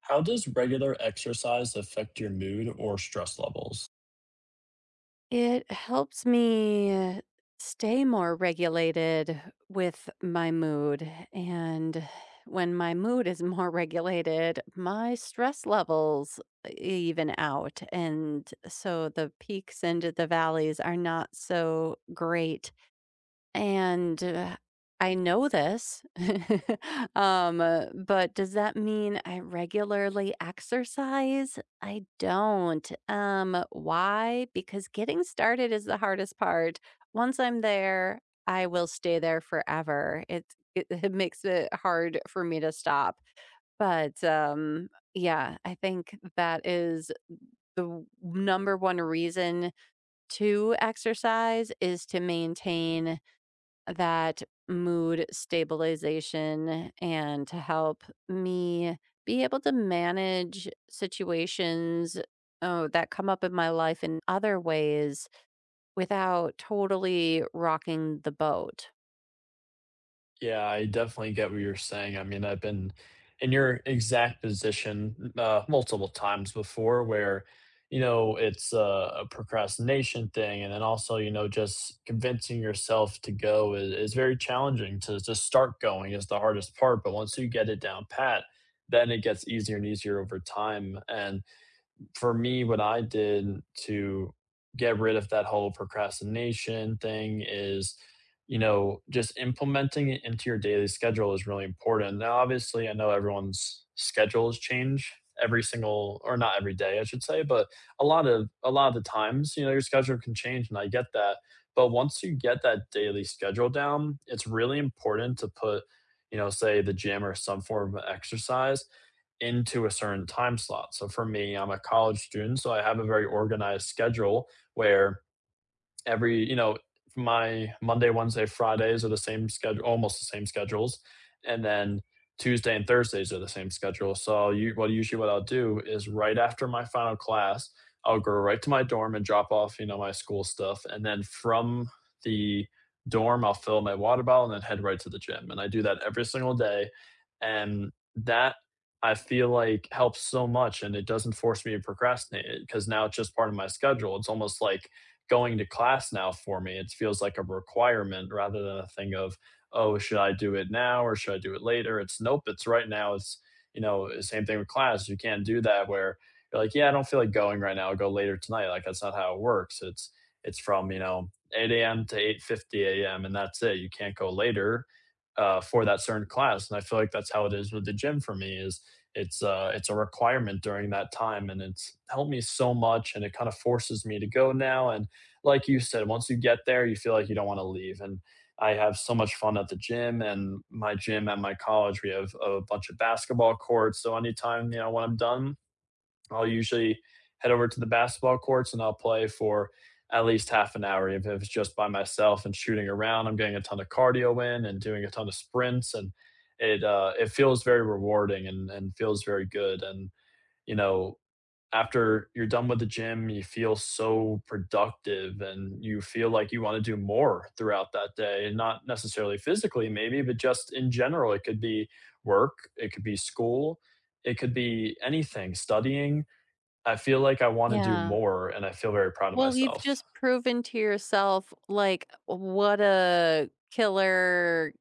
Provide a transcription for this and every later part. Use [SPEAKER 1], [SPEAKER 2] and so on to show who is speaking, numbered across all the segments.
[SPEAKER 1] How does regular exercise affect your mood or stress levels?
[SPEAKER 2] It helps me stay more regulated with my mood. And when my mood is more regulated, my stress levels even out. And so the peaks and the valleys are not so great and I know this, but does that mean I regularly exercise? I don't. Why? Because getting started is the hardest part. Once I'm there, I will stay there forever. It makes it hard for me to stop. But yeah, I think that is the number one reason to exercise is to maintain that mood stabilization and to help me be able to manage situations oh, that come up in my life in other ways without totally rocking the boat.
[SPEAKER 1] Yeah, I definitely get what you're saying. I mean, I've been in your exact position, multiple times before, where, it's a procrastination thing. And then also, just convincing yourself to go is very challenging. To just start going is the hardest part. But once you get it down pat, then it gets easier and easier over time. And for me, what I did to get rid of that whole procrastination thing is, just implementing it into your daily schedule is really important. Now, obviously, I know everyone's schedules change every single, or not every day, I should say, but a lot of the times, your schedule can change, and I get that. But once you get that daily schedule down, it's really important to put, say, the gym or some form of exercise into a certain time slot. So for me, I'm a college student, so I have a very organized schedule where every you know my Monday, Wednesday, Fridays are the same schedule, almost the same schedules, and then Tuesday and Thursdays are the same schedule. So well, usually what I'll do is, right after my final class, I'll go right to my dorm and drop off, my school stuff, and then from the dorm, I'll fill my water bottle and then head right to the gym. And I do that every single day, and that, I feel like, helps so much, and it doesn't force me to procrastinate, because now it's just part of my schedule. It's almost like going to class now for me. It feels like a requirement rather than a thing of, oh, should I do it now or should I do it later? It's nope, it's right now. It's, same thing with class. You can't do that, where you're like, yeah, I don't feel like going right now, I'll go later tonight. Like, that's not how it works. It's from, 8 a.m. to 8:50 a.m., and that's it. You can't go later, for that certain class. And I feel like that's how it is with the gym for me, is it's a requirement during that time, and it's helped me so much, and it kind of forces me to go now. And like you said, once you get there, you feel like you don't wanna leave, and I have so much fun at the gym. And my gym at my college, we have a bunch of basketball courts, so anytime, when I'm done, I'll usually head over to the basketball courts, and I'll play for at least half an hour. If it's just by myself and shooting around, I'm getting a ton of cardio in and doing a ton of sprints, and it feels very rewarding and feels very good, and, you know, after you're done with the gym, you feel so productive, and you feel like you want to do more throughout that day. And not necessarily physically, maybe, but just in general. It could be work, it could be school, it could be anything, studying. I feel like I want to do
[SPEAKER 2] Yeah.
[SPEAKER 1] more, and I feel very proud of
[SPEAKER 2] Well, you've
[SPEAKER 1] myself.
[SPEAKER 2] just proven to yourself, like, what a killer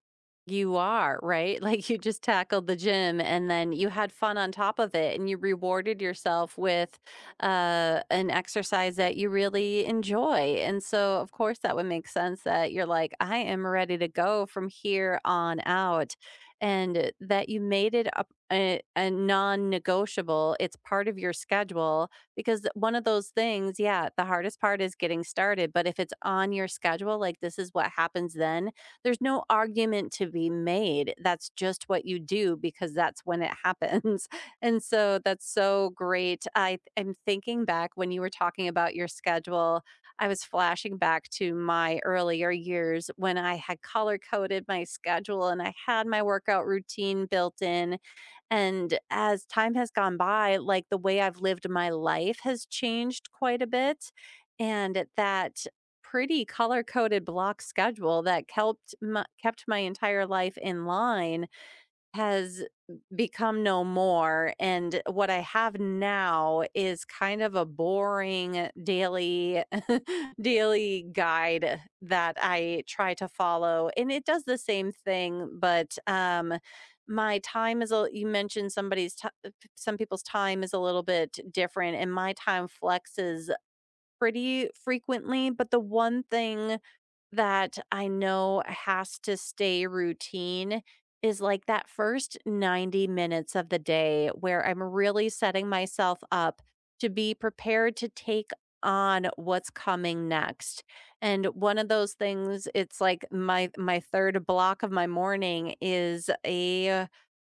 [SPEAKER 2] you are, right? Like, you just tackled the gym and then you had fun on top of it and you rewarded yourself with an exercise that you really enjoy. And so, of course, that would make sense that you're like, I am ready to go from here on out. And that you made it a non negotiable, it's part of your schedule because one of those things, yeah, the hardest part is getting started, but if it's on your schedule, like this is what happens then, there's no argument to be made. That's just what you do because that's when it happens. And so that's so great. I am thinking back when you were talking about your schedule, I was flashing back to my earlier years when I had color coded my schedule and I had my workout routine built in, and as time has gone by, like, the way I've lived my life has changed quite a bit, and that pretty color-coded block schedule that kelped my kept my entire life in line has become no more. And what I have now is kind of a boring daily daily guide that I try to follow. And it does the same thing, but my time is a you mentioned somebody's ti some people's time is a little bit different and my time flexes pretty frequently, but the one thing that I know has to stay routine is like that first 90 minutes of the day where I'm really setting myself up to be prepared to take on what's coming next. And one of those things, it's like my third block of my morning is a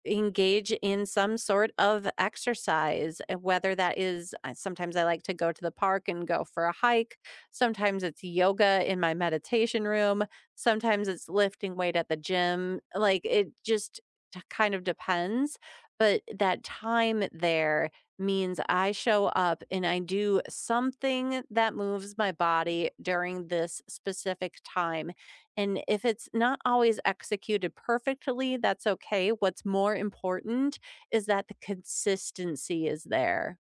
[SPEAKER 2] engage in some sort of exercise, and whether that is sometimes I like to go to the park and go for a hike. Sometimes it's yoga in my meditation room. Sometimes it's lifting weight at the gym. Like it just kind of depends. But that time there means I show up and I do something that moves my body during this specific time, and if it's not always executed perfectly, that's okay. What's more important is that the consistency is there.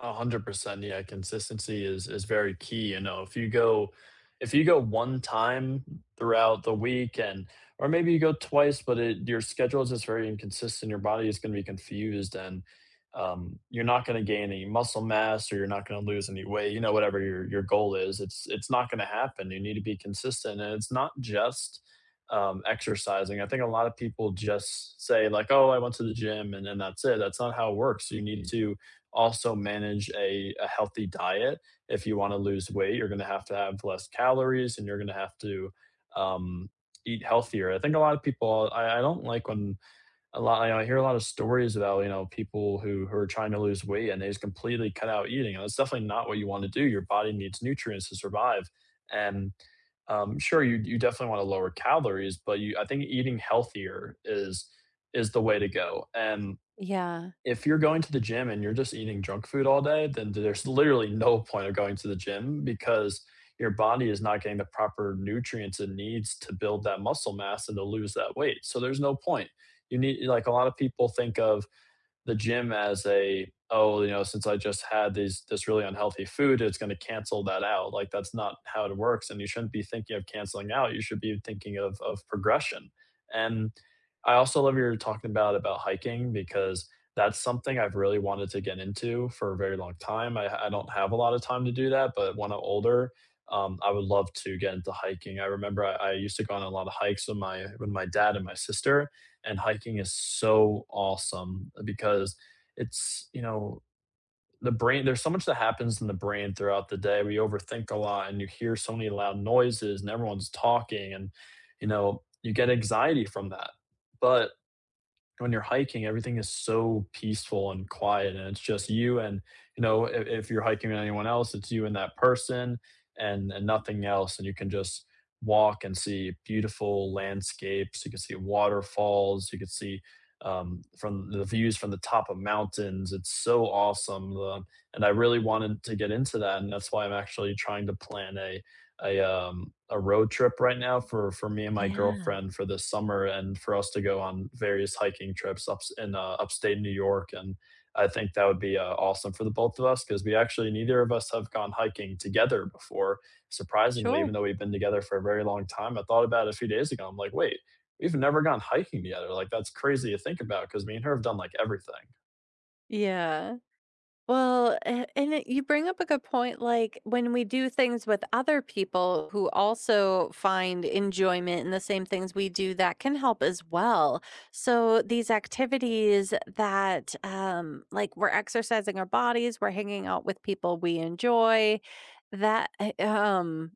[SPEAKER 1] 100%. Yeah, consistency is very key. You know, if you go one time throughout the week, and or maybe you go twice, but it your schedule is just very inconsistent, your body is gonna be confused, and you're not gonna gain any muscle mass, or you're not gonna lose any weight. You know, whatever your goal is, it's not gonna happen. You need to be consistent. And it's not just exercising. I think a lot of people just say, like, "Oh, I went to the gym," and then that's it. That's not how it works. You need to also manage a healthy diet. If you want to lose weight, you're going to have less calories, and you're going to have to um, eat healthier. I think a lot of people, I don't like when I hear a lot of stories about, people who are trying to lose weight, and they just completely cut out eating. And that's definitely not what you want to do. Your body needs nutrients to survive. And sure, you definitely want to lower calories, but I think eating healthier is the way to go. And
[SPEAKER 2] Yeah.
[SPEAKER 1] if you're going to the gym and you're just eating junk food all day, then there's literally no point of going to the gym, because your body is not getting the proper nutrients it needs to build that muscle mass and to lose that weight. So there's no point. You need like a lot of people think of the gym as, a oh, since I just had these this really unhealthy food, it's going to cancel that out. Like, that's not how it works, and you shouldn't be thinking of canceling out. You should be thinking of progression. And I also love what you're talking about hiking, because that's something I've really wanted to get into for a very long time. I don't have a lot of time to do that, but when I'm older, I would love to get into hiking. I remember I used to go on a lot of hikes with my dad and my sister, and hiking is so awesome, because it's, you know, the brain there's so much that happens in the brain throughout the day. We overthink a lot, and you hear so many loud noises, and everyone's talking, and, you get anxiety from that. But when you're hiking, everything is so peaceful and quiet, and it's just you, and, if you're hiking with anyone else, it's you and that person, and nothing else, and you can just walk and see beautiful landscapes, you can see waterfalls, you can see, from the views from the top of mountains. It's so awesome. The And I really wanted to get into that, and that's why I'm actually trying to plan a road trip right now for me and my
[SPEAKER 2] Yeah,
[SPEAKER 1] girlfriend for this summer, and for us to go on various hiking trips up in, upstate New York. And I think that would be awesome for the both of us, because we actually, neither of us have gone hiking together before, surprisingly, even
[SPEAKER 2] sure.
[SPEAKER 1] though we've been together for a very long time. I thought about it a few days ago, I'm like, wait, we've never gone hiking together. Like, that's crazy to think about, because me and her have done like everything.
[SPEAKER 2] Yeah. Well, and you bring up a good point. Like when we do things with other people who also find enjoyment in the same things we do, that can help as well. So these activities that, like we're exercising our bodies, we're hanging out with people we enjoy, that, uh, um,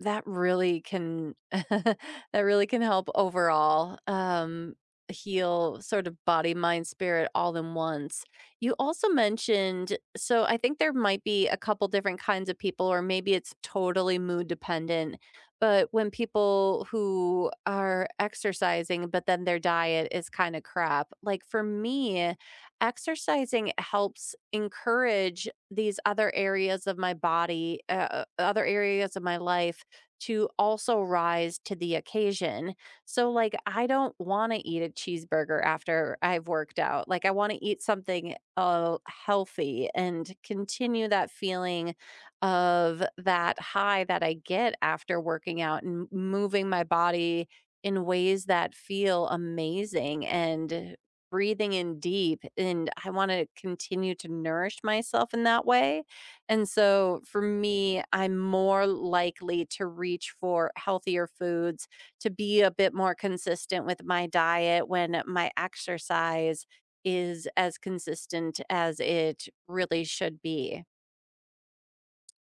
[SPEAKER 2] that really can, that really can help overall, heal sort of body, mind, spirit all in once. You also mentioned so I think there might be a couple different kinds of people, or maybe it's totally mood dependent. But when people who are exercising, but then their diet is kind of crap, like for me, exercising helps encourage these other areas of my body, other areas of my life to also rise to the occasion. So, like, I don't want to eat a cheeseburger after I've worked out. Like, I want to eat something healthy and continue that feeling of that high that I get after working out and moving my body in ways that feel amazing and breathing in deep. And I want to continue to nourish myself in that way. And so, for me, I'm more likely to reach for healthier foods to be a bit more consistent with my diet when my exercise is as consistent as it really should be.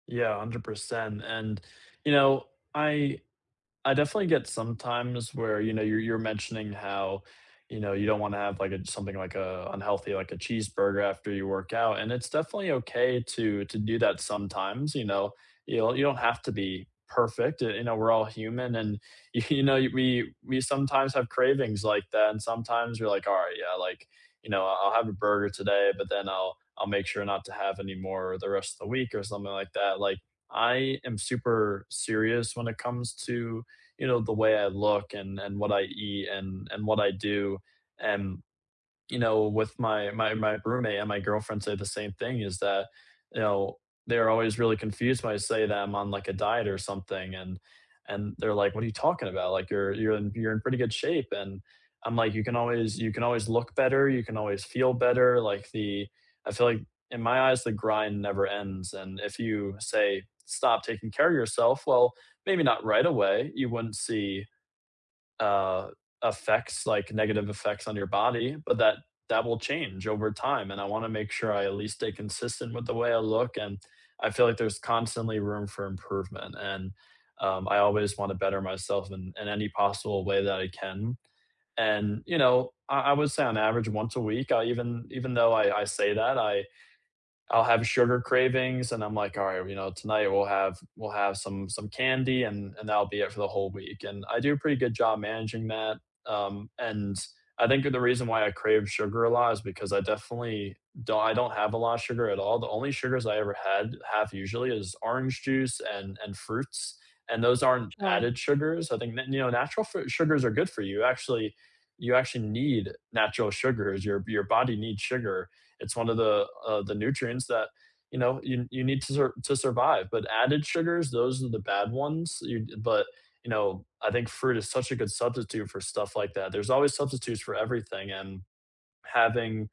[SPEAKER 1] Yeah, 100%. And, you know, I I definitely get sometimes where, you're mentioning how, you don't wanna have, like, a something like a unhealthy, like a cheeseburger after you work out, and it's definitely okay to do that sometimes, you know? You don't have to be perfect, we're all human, and, we sometimes have cravings like that, and sometimes we're like, "Alright, yeah, like, I'll have a burger today, but then I'll make sure not to have any more the rest of the week," or something like that. Like, I am super serious when it comes to the way I look, and what I eat, and what I do. And with my roommate and my girlfriend, say the same thing, is that, you know, they're always really confused when I say that I'm on, like, a diet or something, and they're like, "What are you talking about? Like, you're in pretty good shape," and I'm like, "You can always, look better. You can always feel better." Like, the I feel like, in my eyes, the grind never ends. And if you say, "Stop taking care of yourself," well, maybe not right away you wouldn't see, uh, effects, like negative effects on your body, but that will change over time. And I want to make sure I at least stay consistent with the way I look. And I feel like there's constantly room for improvement. And I always want to better myself in, any possible way that I can. And you know, I would say on average once a week. I even even though I say that, I'll have sugar cravings, and I'm like, "All right, tonight we'll have some candy, and that'll be it for the whole week," and I do a pretty good job managing that, and I think the reason why I crave sugar a lot is because I definitely don't, I don't have a lot of sugar at all. The only sugars I ever had have usually is orange juice and fruits, and those aren't
[SPEAKER 2] Sure.
[SPEAKER 1] added sugars. I think, natural fruit sugars are good for you. Actually, you actually need natural sugars. Your body needs sugar. It's one of the nutrients that you need to to survive. But added sugars, those are the bad ones. But I think fruit is such a good substitute for stuff like that. There's always substitutes for everything, and having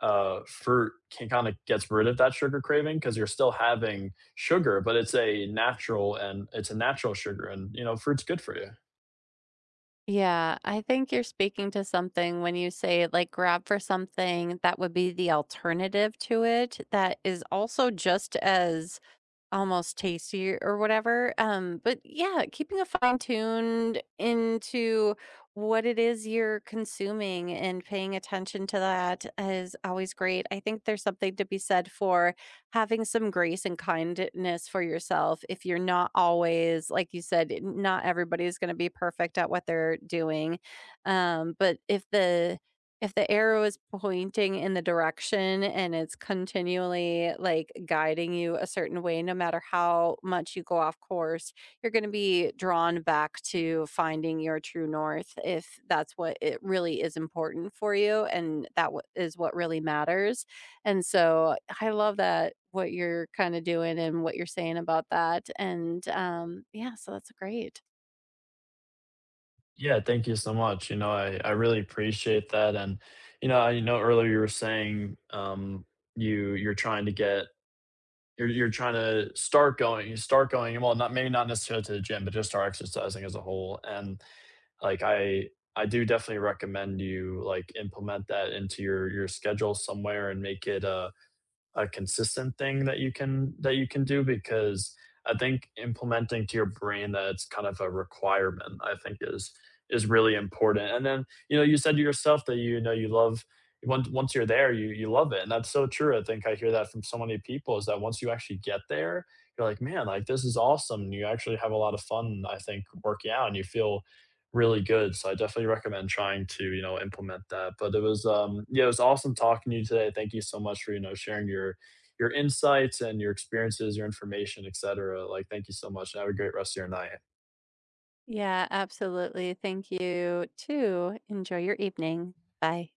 [SPEAKER 1] fruit can kind of gets rid of that sugar craving, because you're still having sugar, but it's a natural sugar. And fruit's good for you.
[SPEAKER 2] Yeah, I think you're speaking to something when you say like grab for something that would be the alternative to it that is also just as almost tasty or whatever, but yeah, keeping a fine-tuned into what it is you're consuming and paying attention to that is always great. I think there's something to be said for having some grace and kindness for yourself if you're not always like you said, not everybody is gonna be perfect at what they're doing, but if the arrow is pointing in the direction and it's continually, like, guiding you a certain way, no matter how much you go off course, you're gonna be drawn back to finding your true north if that's what it really is important for you, and that w is what really matters, and so I love that, what you're kinda doing and what you're saying about that, and, yeah, so that's great.
[SPEAKER 1] Yeah, thank you so much. You know, I really appreciate that. And, I know earlier you were saying, you you're trying to get you're trying to start going. You start going, well, not maybe, not necessarily to the gym, but just start exercising as a whole. And like, I do definitely recommend you like implement that into your schedule somewhere, and make it a consistent thing that you can do. Because I think implementing to your brain that it's kind of a requirement, I think, is really important. And then, you said to yourself that, you love, once you're there, you love it, and that's so true. I think I hear that from so many people, is that once you actually get there, you're like, "Man, like, this is awesome," and you actually have a lot of fun, I think, working out, and you feel really good. So I definitely recommend trying to, implement that. But it was yeah, it was awesome talking to you today. Thank you so much for, sharing your insights and your experiences, your information, etc. Like, thank you so much. And have a great rest of your night.
[SPEAKER 2] Yeah, absolutely, thank you too. Enjoy your evening. Bye.